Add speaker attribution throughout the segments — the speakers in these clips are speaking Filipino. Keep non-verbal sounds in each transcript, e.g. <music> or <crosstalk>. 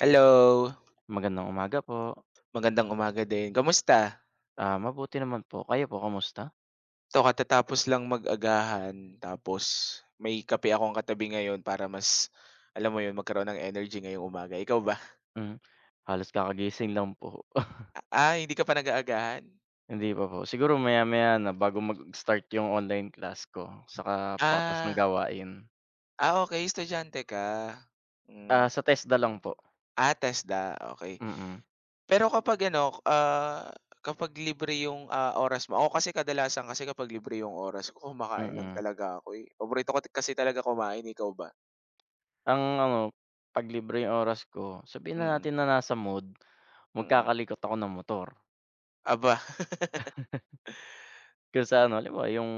Speaker 1: Hello,
Speaker 2: Magandang umaga po.
Speaker 1: magandang umaga din. Kamusta?
Speaker 2: Ah, mabuti naman po. Kayo po kamusta?
Speaker 1: Ito katatapos lang mag-agahan tapos may kape akong katabi ngayon para mas, alam mo yun, magkaroon ng energy ngayong umaga. Ikaw ba?
Speaker 2: Hmm, halos kakagising lang po. <laughs>
Speaker 1: Ah, hindi ka pa nag-aagahan?
Speaker 2: Hindi pa po. Siguro maya-maya na bago mag-start yung online class ko saka patas ng
Speaker 1: Ah,
Speaker 2: gawain.
Speaker 1: ah, okey estudyante ka. Hmm,
Speaker 2: Ah, sa TESDA lang po.
Speaker 1: ah, TESDA, okey.
Speaker 2: Mm,
Speaker 1: Pero kapag ano, ah, kapag libre yung, ah, oras mo. Ako kasi kadalasan, kasi kapag libre yung oras ko kumakain lang
Speaker 2: mm.
Speaker 1: talaga ako, eh. Paborito ko kasi talaga kumain, ikaw ba?
Speaker 2: Ang ano, 'pag libre yung oras ko, sabihin na
Speaker 1: Mm,
Speaker 2: natin na nasa mood,
Speaker 1: mm.
Speaker 2: magkakalikot ako ng motor.
Speaker 1: Aba. <laughs>
Speaker 2: Kung sa ano, halimbawa yung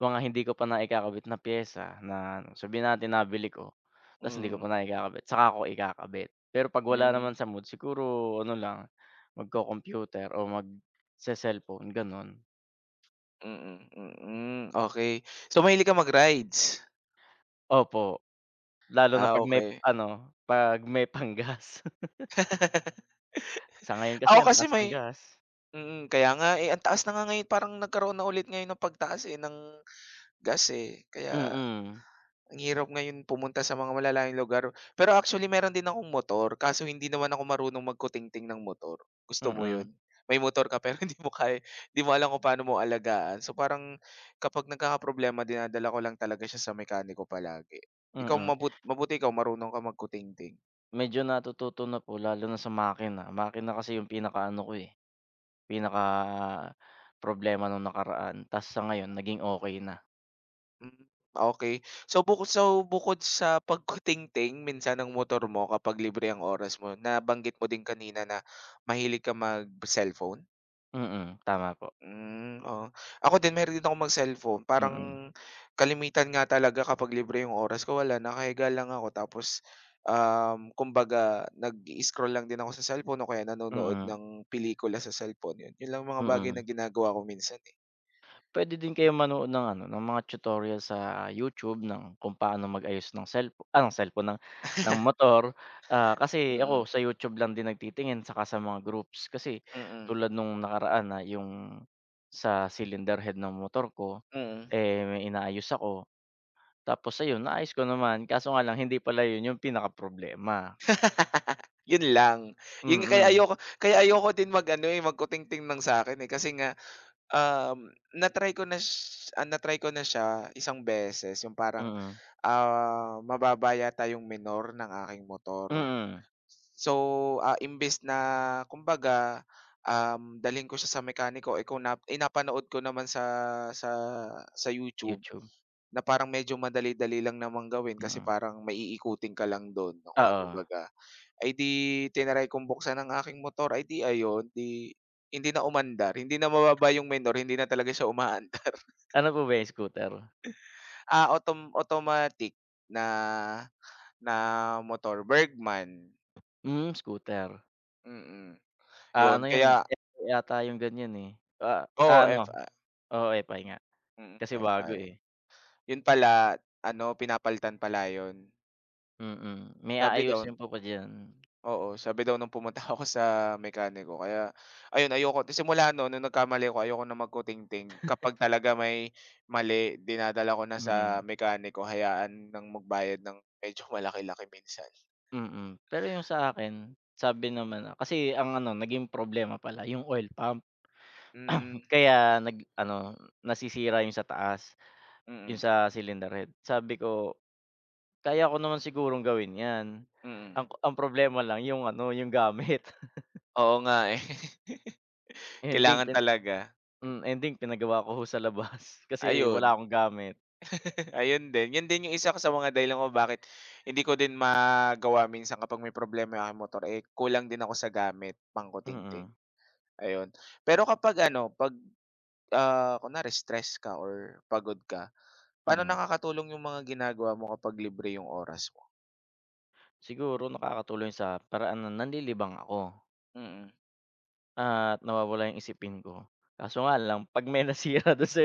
Speaker 2: mga hindi ko pa naikakabit na piyesa na ano, sabihin natin nabili ko, ta's hindi ko pa
Speaker 1: Mm,
Speaker 2: naikakabit, saka ko ikakabit. Pero 'pag wala
Speaker 1: hmm,
Speaker 2: naman sa mood siguro ano lang, magko-computer o magse-cellphone gano'n.
Speaker 1: okey. So, mahilig ka mag-rides?
Speaker 2: Opo, lalo na
Speaker 1: Ah,
Speaker 2: 'pag may
Speaker 1: okey.
Speaker 2: ano, 'pag may <laughs> panggas.
Speaker 1: <laughs>
Speaker 2: Sa ngayon kasi
Speaker 1: Ako
Speaker 2: ang
Speaker 1: kasi
Speaker 2: taas ng
Speaker 1: may
Speaker 2: gas.
Speaker 1: mm, kaya nga, eh, ang taas na nga ngayon, parang nagkaroon na ulit ngayon ng pagtaas, eh, ng gas, eh, kaya
Speaker 2: Mm,
Speaker 1: ang hirap ngayon pumunta sa mga malalayong lugar. Pero actually meron din akong motor kaso hindi naman ako marunong magkutingting ng motor. Gusto mo
Speaker 2: mm,
Speaker 1: 'yun? May motor ka pero <laughs> hindi mo kaya, hindi mo alam kung paano mo alagaan. So parang kapag nagkakaproblema dinadala ko lang talaga siya sa mekaniko palagi. Ikaw,
Speaker 2: mm.
Speaker 1: mabuti ikaw marunong ka magkutingting.
Speaker 2: Medyo natututo na po lalo na sa makina. Makina kasi yung pinakaano ko, eh, pinakaproblema nung nakaraan ta's sa ngayon naging okey na.
Speaker 1: Hmm, okey. So bukod sa <laughs> pagkutingting minsan ng motor mo kapag libre ang oras mo, nabanggit mo din kanina na mahilig ka mag-cellphone?
Speaker 2: Mm, tama po.
Speaker 1: Hmm, oo. Ako din mahilig din akong mag-cellphone.
Speaker 2: Mm,
Speaker 1: Parang kalimitan nga talaga kapag libre yung oras ko, wala, nakahiga lang ako tapos, kumbaga nag-i-scroll lang din ako sa cellphone o kaya nanonood
Speaker 2: mm,
Speaker 1: ng pelikula sa cellphone, yun. Yun lang mga bagay
Speaker 2: mm.
Speaker 1: na ginagawa ko minsan, eh.
Speaker 2: Puwede din kayong manood ng ano, ng mga tutorial sa YouTube ng kung paano mag-ayos ng ng cellphone, ng motor. Ah, kasi ako
Speaker 1: Mm,
Speaker 2: sa YouTube lang din nagtitingin saka sa mga groups. Kasi
Speaker 1: mm,
Speaker 2: tulad nung nakaraan na yung sa cylinder head ng motor ko,
Speaker 1: mm.
Speaker 2: eh, may inaayos ako. Tapos ayun, naayos ko naman kaso nga lang hindi pala yun yung pinakaproblema.
Speaker 1: Yun lang.
Speaker 2: Mm,
Speaker 1: Yun kaya
Speaker 2: mm,
Speaker 1: ayoko kaya ayoko din mag-ano, eh, magkutingting ng sa'kin, eh, kasi nga, um, natry ko na na ko na siya isang beses, yung parang
Speaker 2: mm,
Speaker 1: ah, mababa yata yung minor ng aking motor.
Speaker 2: mm.
Speaker 1: So, ah, imbes na kumbaga, dalhin ko siya sa mekaniko, eh, kung napanood ko naman sa sa sa YouTube
Speaker 2: YouTube,
Speaker 1: na parang medyo madali-dali lang namang gawin, kasi
Speaker 2: mm.
Speaker 1: parang maiikutin ka lang dun na kung ano
Speaker 2: Oo.
Speaker 1: baga. Ay di, tinry kong buksan ang aking motor, ay di ayun, di, hindi na umandar, hindi na mababa yung minor, hindi na talaga siya umaandar. <laughs>
Speaker 2: Ano po ba 'yan, scooter?
Speaker 1: Ah, automatic na na motor, Bergman,
Speaker 2: Hmm, scooter.
Speaker 1: mm.
Speaker 2: Ah,
Speaker 1: 'Yun
Speaker 2: ano 'yan,
Speaker 1: kaya
Speaker 2: FI yata yung ganyan, eh. Ah, ah,
Speaker 1: oo,
Speaker 2: ano,
Speaker 1: F-I.
Speaker 2: oo, FI nga.
Speaker 1: Mm,
Speaker 2: Kasi bago,
Speaker 1: F-I.
Speaker 2: eh.
Speaker 1: 'Yun pala ano, pinapalitan pala 'yun.
Speaker 2: Mm, may
Speaker 1: Sabi daw
Speaker 2: aayusin po pa po diyan.
Speaker 1: Oo, sabi daw nung pumunta <laughs> ako sa mekaniko, kaya ayun ayoko simula no'n nung nagkamali ako, ayoko na magkutingting. Kapag talaga may mali dinadala ko na sa
Speaker 2: Mm,
Speaker 1: mekaniko, hayaan ng magbayad ng medyo <laughs> malaki-laki minsan.
Speaker 2: mm. Pero yung sa akin, sabi naman na kasi ang ano, naging problema pala yung oil pump.
Speaker 1: Hmm,
Speaker 2: <clears throat> Kaya nag-ano, nasisira yung sa taas, yung
Speaker 1: mm,
Speaker 2: sa cylinder head. Sabi ko, kaya ko naman sigurong gawin 'yan.
Speaker 1: mm.
Speaker 2: Ang problema lang yung ano, yung gamit. <laughs>
Speaker 1: Oo nga, eh. <laughs>
Speaker 2: Yun din.
Speaker 1: Kailangan talaga,
Speaker 2: Hmm, ending pinagawa ko ho sa labas <laughs> kasi wala
Speaker 1: ayun.
Speaker 2: akong gamit.
Speaker 1: Ayun din yung isa ko sa mga dahilan ko bakit hindi ko din magawa minsan kapag may problema yung aking motor, eh, kulang din ako sa gamit, pangkutingting,
Speaker 2: Mm,
Speaker 1: ayun. Pero kapag ano, 'pag, ah, kunwari stress ka or pagod ka, paano
Speaker 2: mm.
Speaker 1: nakakatulong yung mga ginagawa mo kapag libre yung oras mo?
Speaker 2: Siguro nakakatulong sa paraan na nanlilibang ako
Speaker 1: Mm.
Speaker 2: at nawawala yung isipin ko. Kaso nga lang <laughs> 'pag may nasira dun sa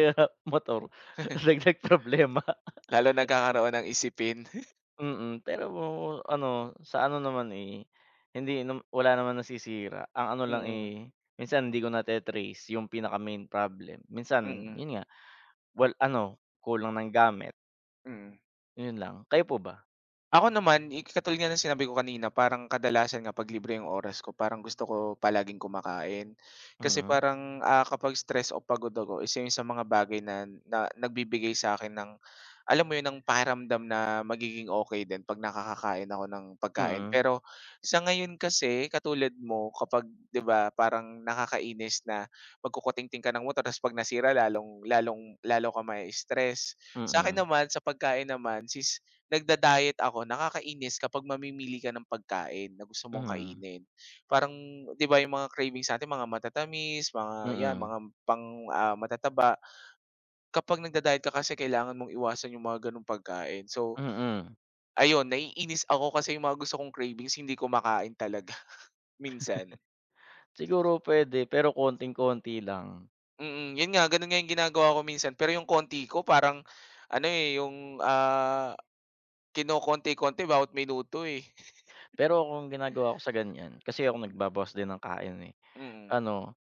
Speaker 2: motor <laughs>
Speaker 1: <laughs>
Speaker 2: dagdag problema.
Speaker 1: Lalo nagkakaroon ng isipin. <laughs>
Speaker 2: Mm, pero ano, sa ano naman, eh, hindi nam wala naman nasisira. Ang ano lang,
Speaker 1: Mm,
Speaker 2: eh, minsan hindi ko nate-trace yung pinaka main problem. Minsan
Speaker 1: mm,
Speaker 2: yun nga, well ano, kulang ng gamit,
Speaker 1: mm.
Speaker 2: yun lang. Kayo po ba?
Speaker 1: Ako naman, eh, katulad nga ng sinabi ko kanina, parang kadalasan nga 'pag libre yung oras ko, parang gusto ko palaging kumakain. Kasi
Speaker 2: Mm,
Speaker 1: parang, ah, kapag stress o pagod ako, isa yun sa mga bagay na na nagbibigay sa akin ng, alam mo yun, ng pakiramdam na magiging okay din 'pag nakakakain ako ng pagkain.
Speaker 2: mm.
Speaker 1: Pero sa ngayon kasi, katulad mo, kapag 'di ba, parang nakakainis na magkukutingting ka ng motor ta's 'pag nasira lalong lalong lalo ka mai-stress. Akin
Speaker 2: Mm,
Speaker 1: naman, sa pagkain naman, sis, nagda-diet ako, nakakainis kapag mamimili ka ng pagkain na gusto mong
Speaker 2: mm,
Speaker 1: kainin. Parang 'di ba yung mga cravings natin mga matatamis, mga
Speaker 2: mm,
Speaker 1: 'yan,
Speaker 2: mm.
Speaker 1: mga pang, ah, matataba. Kapag nagda-diet ka kasi kailangan mong iwasan yung mga gano'ng pagkain. So ayun, naiinis ako kasi yung mga gusto kong cravings hindi ko makain talaga <laughs> minsan.
Speaker 2: Siguro puwede pero konting-konti lang.
Speaker 1: Mm, yun nga gano'n nga yung ginagawa ko minsan pero yung konti ko parang ano, eh, yung, ah, kinokonti-konti bawat minuto, eh. <laughs>
Speaker 2: Pero ako ang ginagawa ko sa ganiyan, kasi ako nagbabawas din ng kain, eh,
Speaker 1: Mm,
Speaker 2: ano,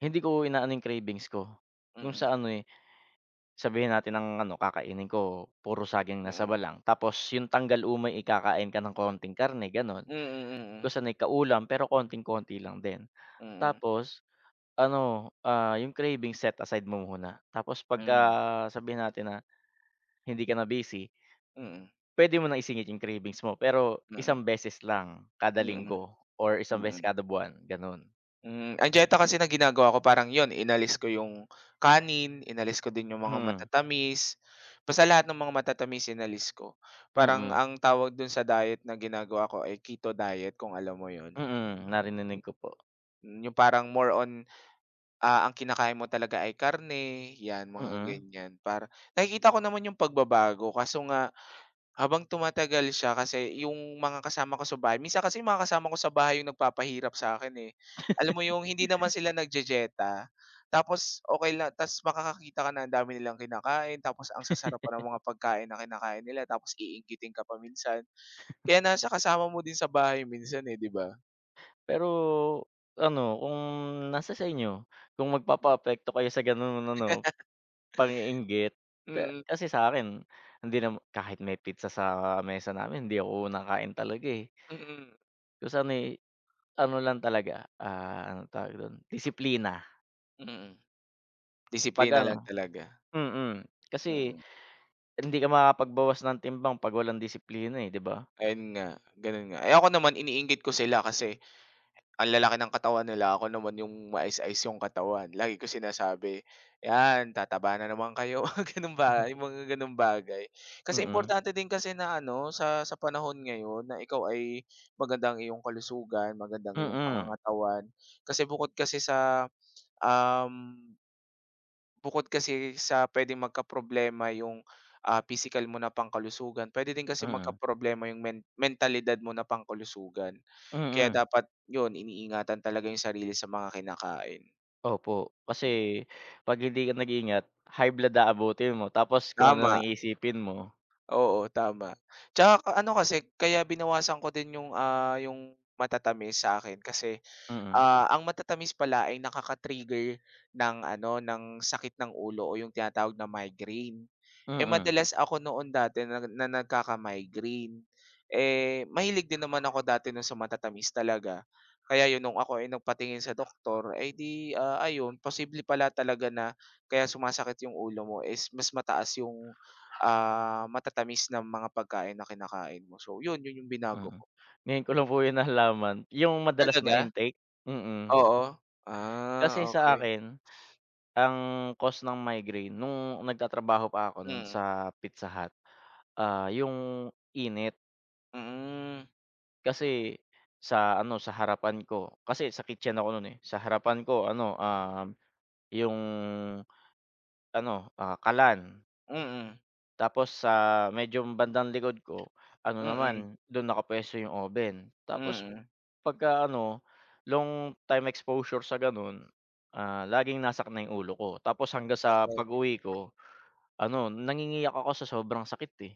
Speaker 2: hindi ko inaano yung cravings ko. Yung
Speaker 1: mm,
Speaker 2: sa ano, eh, sabihin natin ang ano kakainin ko puro saging na saba
Speaker 1: mm,
Speaker 2: lang, tapos yung tanggal umay, eh, kakain ka ng konting karne gano'n.
Speaker 1: mm, mm.
Speaker 2: Kung
Speaker 1: mm.
Speaker 2: sanay kaulam pero konting-konti lang din.
Speaker 1: Mm,
Speaker 2: Tapos ano, ah, yung cravings set aside mo muna, tapos pagka
Speaker 1: mm,
Speaker 2: sabihin natin na hindi ka na busy.
Speaker 1: mm,
Speaker 2: Puwede mo nang isingit yung cravings mo pero isang
Speaker 1: mm,
Speaker 2: beses lang kada
Speaker 1: mm,
Speaker 2: linggo or isang beses
Speaker 1: mm,
Speaker 2: kada buwan, gano'n.
Speaker 1: hmm, ang dieta kasi na ginagawa ko parang yun, inalis ko yung kanin, inalis ko din yung mga
Speaker 2: Mm,
Speaker 1: matatamis, basta lahat ng mga matatamis inalis ko. Parang
Speaker 2: mm,
Speaker 1: ang tawag dun sa diet na ginagawa ko ay keto diet, kung alam mo yun.
Speaker 2: mm, narinig ko po,
Speaker 1: Mm, yung parang more on, ah, ang kinakain mo talaga ay karne, yan mga
Speaker 2: mm.
Speaker 1: ganyan, para nakikita ko naman yung pagbabago kaso nga, habang tumatagal siya, kasi yung mga kasama ko sa bahay minsan, kasi yung mga kasama ko sa bahay yung nagpapahirap sa akin eh. Alam mo yung hindi naman sila nagjejeta. Tapos okay lang. Tapos makakakita ka na ang dami nilang kinakain, tapos ang sasarap pa ng mga pagkain na kinakain nila, tapos iinggitin ka pa minsan. Kaya nasa kasama mo din sa bahay minsan, eh, 'di ba?
Speaker 2: Pero ano, kung nasa sa inyo, kung magpapaapekto kayo sa gano'n ano, pang-iinggit,
Speaker 1: Mm,
Speaker 2: kasi sa'kin hindi nam kahit may pizza sa mesa namin hindi ako nakain talaga, eh.
Speaker 1: mm,
Speaker 2: Kung sa ano, eh, ano lang talaga, ah, anong tawag do'n, disiplina.
Speaker 1: mm.
Speaker 2: 'Pag
Speaker 1: Disiplina
Speaker 2: ano
Speaker 1: lang talaga,
Speaker 2: mm, kasi
Speaker 1: mm.
Speaker 2: hindi ka makakapagbawas ng timbang 'pag walang disiplina, eh, 'di ba?
Speaker 1: Ayun nga, gano'n nga. Eh, ako naman iniinggit ko sila kasi ang lalaki ng katawan nila, ako naman yung mais-ice yung katawan. Lagi ko sinasabi, "Yan, tataba na naman kayo." <laughs> Mga gano'ng ba yung
Speaker 2: <laughs>
Speaker 1: mga gano'ng bagay. Kasi
Speaker 2: Mm,
Speaker 1: importante din kasi na ano, sa panahon ngayon na ikaw ay magandang iyong kalusugan, magandang iyong
Speaker 2: mm,
Speaker 1: pangangatawan. Kasi bukod kasi sa, um bukod kasi sa puwedeng magkaproblema yung, ah, pisikal mo na pangkalusugan, pwede din kasi
Speaker 2: mm,
Speaker 1: magkaproblema yung mentalidad mo na pangkalusugan. Kaya
Speaker 2: mm,
Speaker 1: dapat yun, iniingatan talaga yung sarili sa mga kinakain.
Speaker 2: opo. Kasi 'pag hindi ka nag-ingat, high blood aabutin mo tapos kung ano na
Speaker 1: Tama,
Speaker 2: iisipin mo.
Speaker 1: oo, tama. Tsaka ano kasi, kaya binawasan ko din yung, ah, yung matatamis sa akin kasi
Speaker 2: Mm,
Speaker 1: ah, ang matatamis pala ay nakaka-trigger ng ano, ng sakit ng ulo o yung tinatawag na migraine. Eh,
Speaker 2: mm,
Speaker 1: madalas ako noon dati na na nagkaka-migraine. Eh, mahilig din naman ako dati nun sa matatamis talaga. Kaya yun, nung ako ay nagpatingin sa doktor, eh, di, ah, ayun posible pala talaga na kaya sumasakit yung ulo mo is mas mataas yung, ah, matatamis na mga pagkain na kinakain mo. So yun, yun yung binago
Speaker 2: mm.
Speaker 1: ko.
Speaker 2: Ngayon ko lang po 'yun nalaman, yung madalas na
Speaker 1: Talaga?
Speaker 2: intake, mm.
Speaker 1: Oo. Ah,
Speaker 2: Kasi sa
Speaker 1: okay.
Speaker 2: akin, ang cause ng migraine nung nagtatrabaho pa ako nun
Speaker 1: Mm,
Speaker 2: sa Pizza Hut, ah, yung init.
Speaker 1: mm,
Speaker 2: Kasi sa ano, sa harapan ko kasi sa kitchen ako no'n, eh. Sa harapan ko ano, um, yung ano, ah, kalan.
Speaker 1: mm,
Speaker 2: Tapos sa medyo bandang likod ko ano naman,
Speaker 1: mm,
Speaker 2: do'n nakapuwesto yung oven. Tapos
Speaker 1: mm.
Speaker 2: pagka ano, long time exposure sa gano'n, ah, laging nasakit na yung ulo ko. Tapos hanggang sa
Speaker 1: Okey.
Speaker 2: pag-uwi ko ano, nangingiyak ako sa sobrang sakit, eh.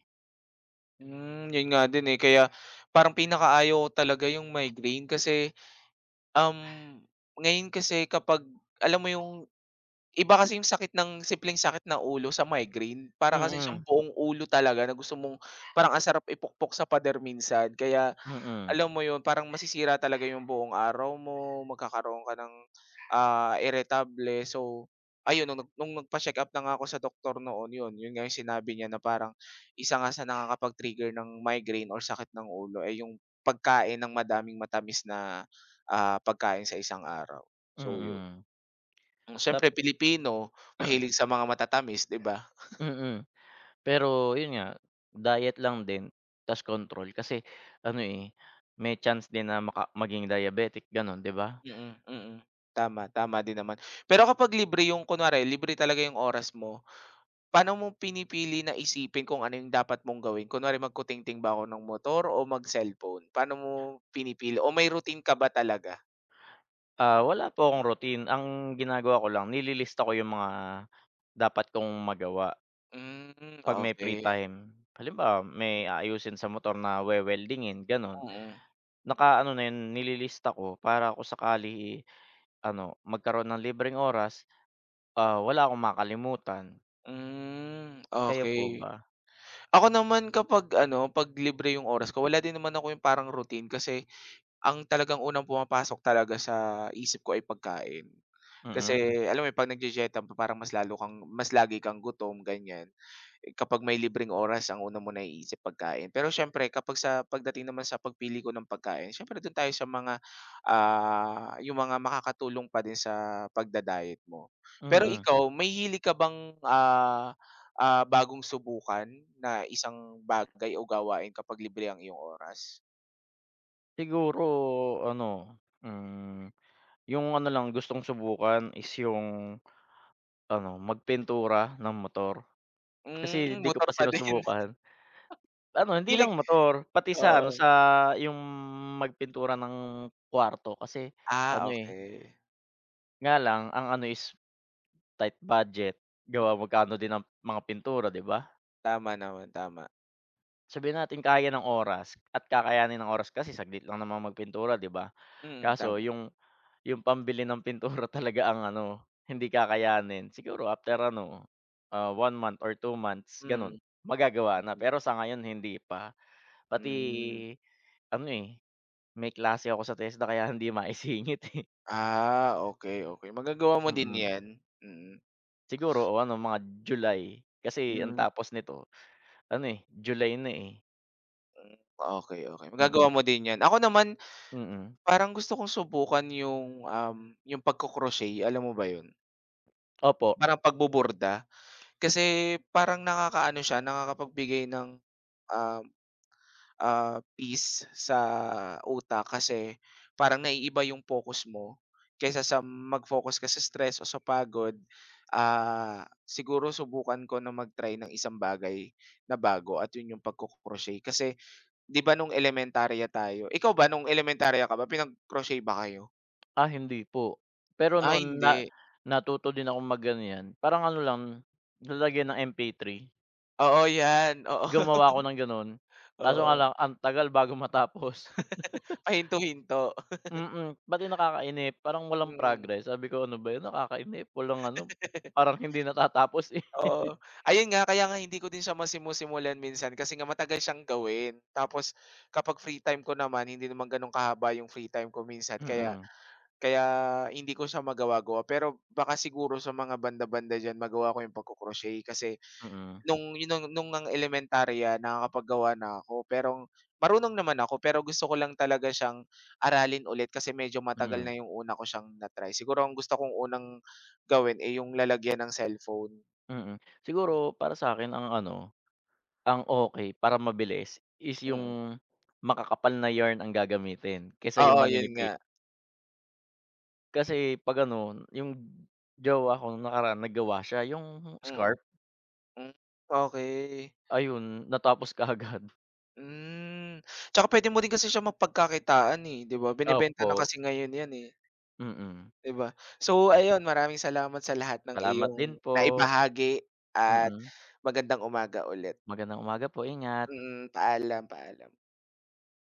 Speaker 1: Hmm, yun nga din, eh, kaya parang pinakaayaw ko talaga yung migraine kasi, um, ngayon kasi kapag alam mo yung iba kasi yung sakit ng simpleng sakit ng ulo sa migraine para kasi siyang
Speaker 2: Mm,
Speaker 1: buong ulo talaga na gusto mong, parang ang sarap ipukpok sa pader minsan, kaya
Speaker 2: mm,
Speaker 1: alam mo 'yun, parang masisira talaga 'yung buong araw mo, magkakaroon ka ng, ah, iritable. So, ayun nung nagpa-check up na nga ako sa doktor noon, 'yun nga 'yung sinabi niya na parang isa nga sa nakakapag-trigger ng migraine or sakit ng ulo ay 'yung pagkain ng madaming matamis na, ah, pagkain sa isang araw. So 'yun,
Speaker 2: mm.
Speaker 1: hmm,
Speaker 2: Dap
Speaker 1: siyempre Pilipino mahilig sa mga matatamis, 'di ba?
Speaker 2: mm. Pero yun nga, diet lang din ta's control kasi ano, eh, may chance din na maging diabetic gano'n, 'di ba?
Speaker 1: Mm. mm. Tama, tama din naman. Pero kapag libre 'yung, kunwari libre talaga 'yung oras mo, paano mo pinipili na isipin kung ano yung dapat mong gawin? Kunwari magkutingting ba ako ng motor o mag-cellphone? Paano mo pinipili, o may routine ka ba talaga?
Speaker 2: Ah, wala po akong routine, ang ginagawa ko lang nililista ko yung mga dapat kong magawa
Speaker 1: Hmm,
Speaker 2: 'pag may free
Speaker 1: okey.
Speaker 2: time. Halimbawa, may aayusin sa motor na we-weldingin gano'n,
Speaker 1: Mm.
Speaker 2: nakaano na yun nililista ko para kung sakali, ano, magkaroon ng libreng oras, ah, wala akong makalimutan.
Speaker 1: Hmm,
Speaker 2: Kayo po
Speaker 1: okey.
Speaker 2: ba?
Speaker 1: Ako naman kapag ano, 'pag libre yung oras ko, wala din naman ako yung parang routine kasi ang talagang unang pumapasok talaga sa isip ko ay pagkain.
Speaker 2: Mm,
Speaker 1: Kasi alam mo yun, 'pag nagdidieta pa parang mas lalo kang, mas lagi kang gutom, ganyan. Kapag may libreng oras ang una mong naiisip pagkain. Pero siyempre kapag sa pagdating naman sa pagpili ko ng pagkain siyempre dun tayo sa mga, ah, yung mga makakatulong pa din sa pagda-diet mo. Pero
Speaker 2: mm.
Speaker 1: ikaw may hili ka bang, ah, bagong subukan na isang bagay o gawain kapag libre ang iyong oras?
Speaker 2: Siguro ano, hmm, yung ano lang gustong subukan is yung ano, magpintura ng motor. Kasi
Speaker 1: Hmm,
Speaker 2: di ko
Speaker 1: motor
Speaker 2: pa
Speaker 1: pa din. <laughs>
Speaker 2: sinusubukan. Ano, hindi
Speaker 1: Hilig,
Speaker 2: lang motor, pati sa ano,
Speaker 1: oo.
Speaker 2: sa yung magpintura ng kwarto kasi
Speaker 1: Ah,
Speaker 2: ano, eh,
Speaker 1: okay.
Speaker 2: nga lang ang ano is tight budget, gawa magkano din ang mga pintura, di ba?
Speaker 1: Tama naman, tama.
Speaker 2: Sabihin natin kaya ng oras at kakayanin ng oras kasi saglit lang naman magpintura, di ba?
Speaker 1: Mm,
Speaker 2: Kaso
Speaker 1: tama.
Speaker 2: yung pambili ng pintura <laughs> talaga ang ano, hindi kakayanin. Siguro after ano, ah, 1 month or 2 months gano'n,
Speaker 1: Mm,
Speaker 2: magagawa na.
Speaker 1: mm,
Speaker 2: Pero sa ngayon hindi pa.
Speaker 1: hmm.
Speaker 2: Pati ano, eh, may klase ako sa TESDA kaya <laughs> hindi maisingit, eh.
Speaker 1: Ah, okay okay. Magagawa mo din
Speaker 2: Mm.
Speaker 1: 'yan. Mm.
Speaker 2: Siguro o ano mga July, kasi ang
Speaker 1: Mm.
Speaker 2: tapos nito ano, eh, July na, eh.
Speaker 1: Hmm, okay okay.
Speaker 2: Mm,
Speaker 1: Magagawa mo din 'yan. Ako naman,
Speaker 2: mm.
Speaker 1: parang gusto kong subukan yung, yung pagko-crochet, alam mo ba yun?
Speaker 2: Opo.
Speaker 1: Parang pagboborda. Kasi parang nakakaano siya, nakakapagbigay ng, um ah, peace sa utak kasi parang naiiba yung focus mo kaysa sa mag-focus ka sa stress o sa pagod. Ah, siguro subukan ko na mag-try ng isang bagay na bago at yun yung pagko-crochet. Kasi 'di ba nung elementarya tayo, ikaw ba nung elementarya ka ba pinag-crochet ba kayo?
Speaker 2: Ah, hindi po. Pero
Speaker 1: Ah,
Speaker 2: noon na
Speaker 1: hindi.
Speaker 2: natuto din ako mag-ano 'yan, parang ano lang, lalagyan ng MP3.
Speaker 1: Oo, yan. Oo, <laughs>
Speaker 2: Gumawa ako ng gano'n, kaso nga
Speaker 1: oo.
Speaker 2: lang ang tagal bago matapos. <laughs>
Speaker 1: Pahinto-hinto.
Speaker 2: Mm, pati nakakainip parang walang
Speaker 1: Mm.
Speaker 2: progress sabi ko, "Ano ba 'yun nakakainip walang ano, parang hindi natatapos, eh."
Speaker 1: Oo. Ayun nga, kaya nga hindi ko din siya masimu-simulan minsan kasi nga matagal siyang gawin. Tapos kapag free time ko naman, hindi naman gano'n kahaba yung free time ko minsan,
Speaker 2: <laughs>
Speaker 1: kaya
Speaker 2: Mm,
Speaker 1: kaya hindi ko siya magawa-gawa. Pero baka siguro sa mga banda-banda diyan magawa ko yung pagko-crochet kasi
Speaker 2: mm,
Speaker 1: nung yun, nung ang elementarya nakakapaggawa na ako. Pero marunong naman ako, pero gusto ko lang talaga siyang aralin ulit kasi medyo matagal
Speaker 2: mm,
Speaker 1: na yung una ko siyang na-try. Siguro ang gusto kong unang gawin, ay yung lalagyan ng cellphone.
Speaker 2: mm. Siguro para sa'kin ang ano, ang okay para mabilis is
Speaker 1: Mm.
Speaker 2: yung makakapal na yarn ang gagamitin kaysa yung
Speaker 1: Oo, yun nga.
Speaker 2: maninipid. Kasi 'pag ano, yung jowa ko nung nakaraan naggawa siya yung
Speaker 1: Mm,
Speaker 2: scarf,
Speaker 1: hmm, okey.
Speaker 2: ayun natapos kaagad. <laughs>
Speaker 1: Hmm, tsaka puwede mo rin kasi siya mapagkakitaan, eh, 'di ba? Binebenta
Speaker 2: Opo,
Speaker 1: na kasi ngayon yan, eh,
Speaker 2: mm.
Speaker 1: 'di ba? So, ayun, maraming salamat sa lahat ng
Speaker 2: Salamat din
Speaker 1: iyong
Speaker 2: po.
Speaker 1: naibahagi at
Speaker 2: Mm.
Speaker 1: magandang umaga ulit.
Speaker 2: Magandang umaga po, ingat.
Speaker 1: Mm, paalam, paalam.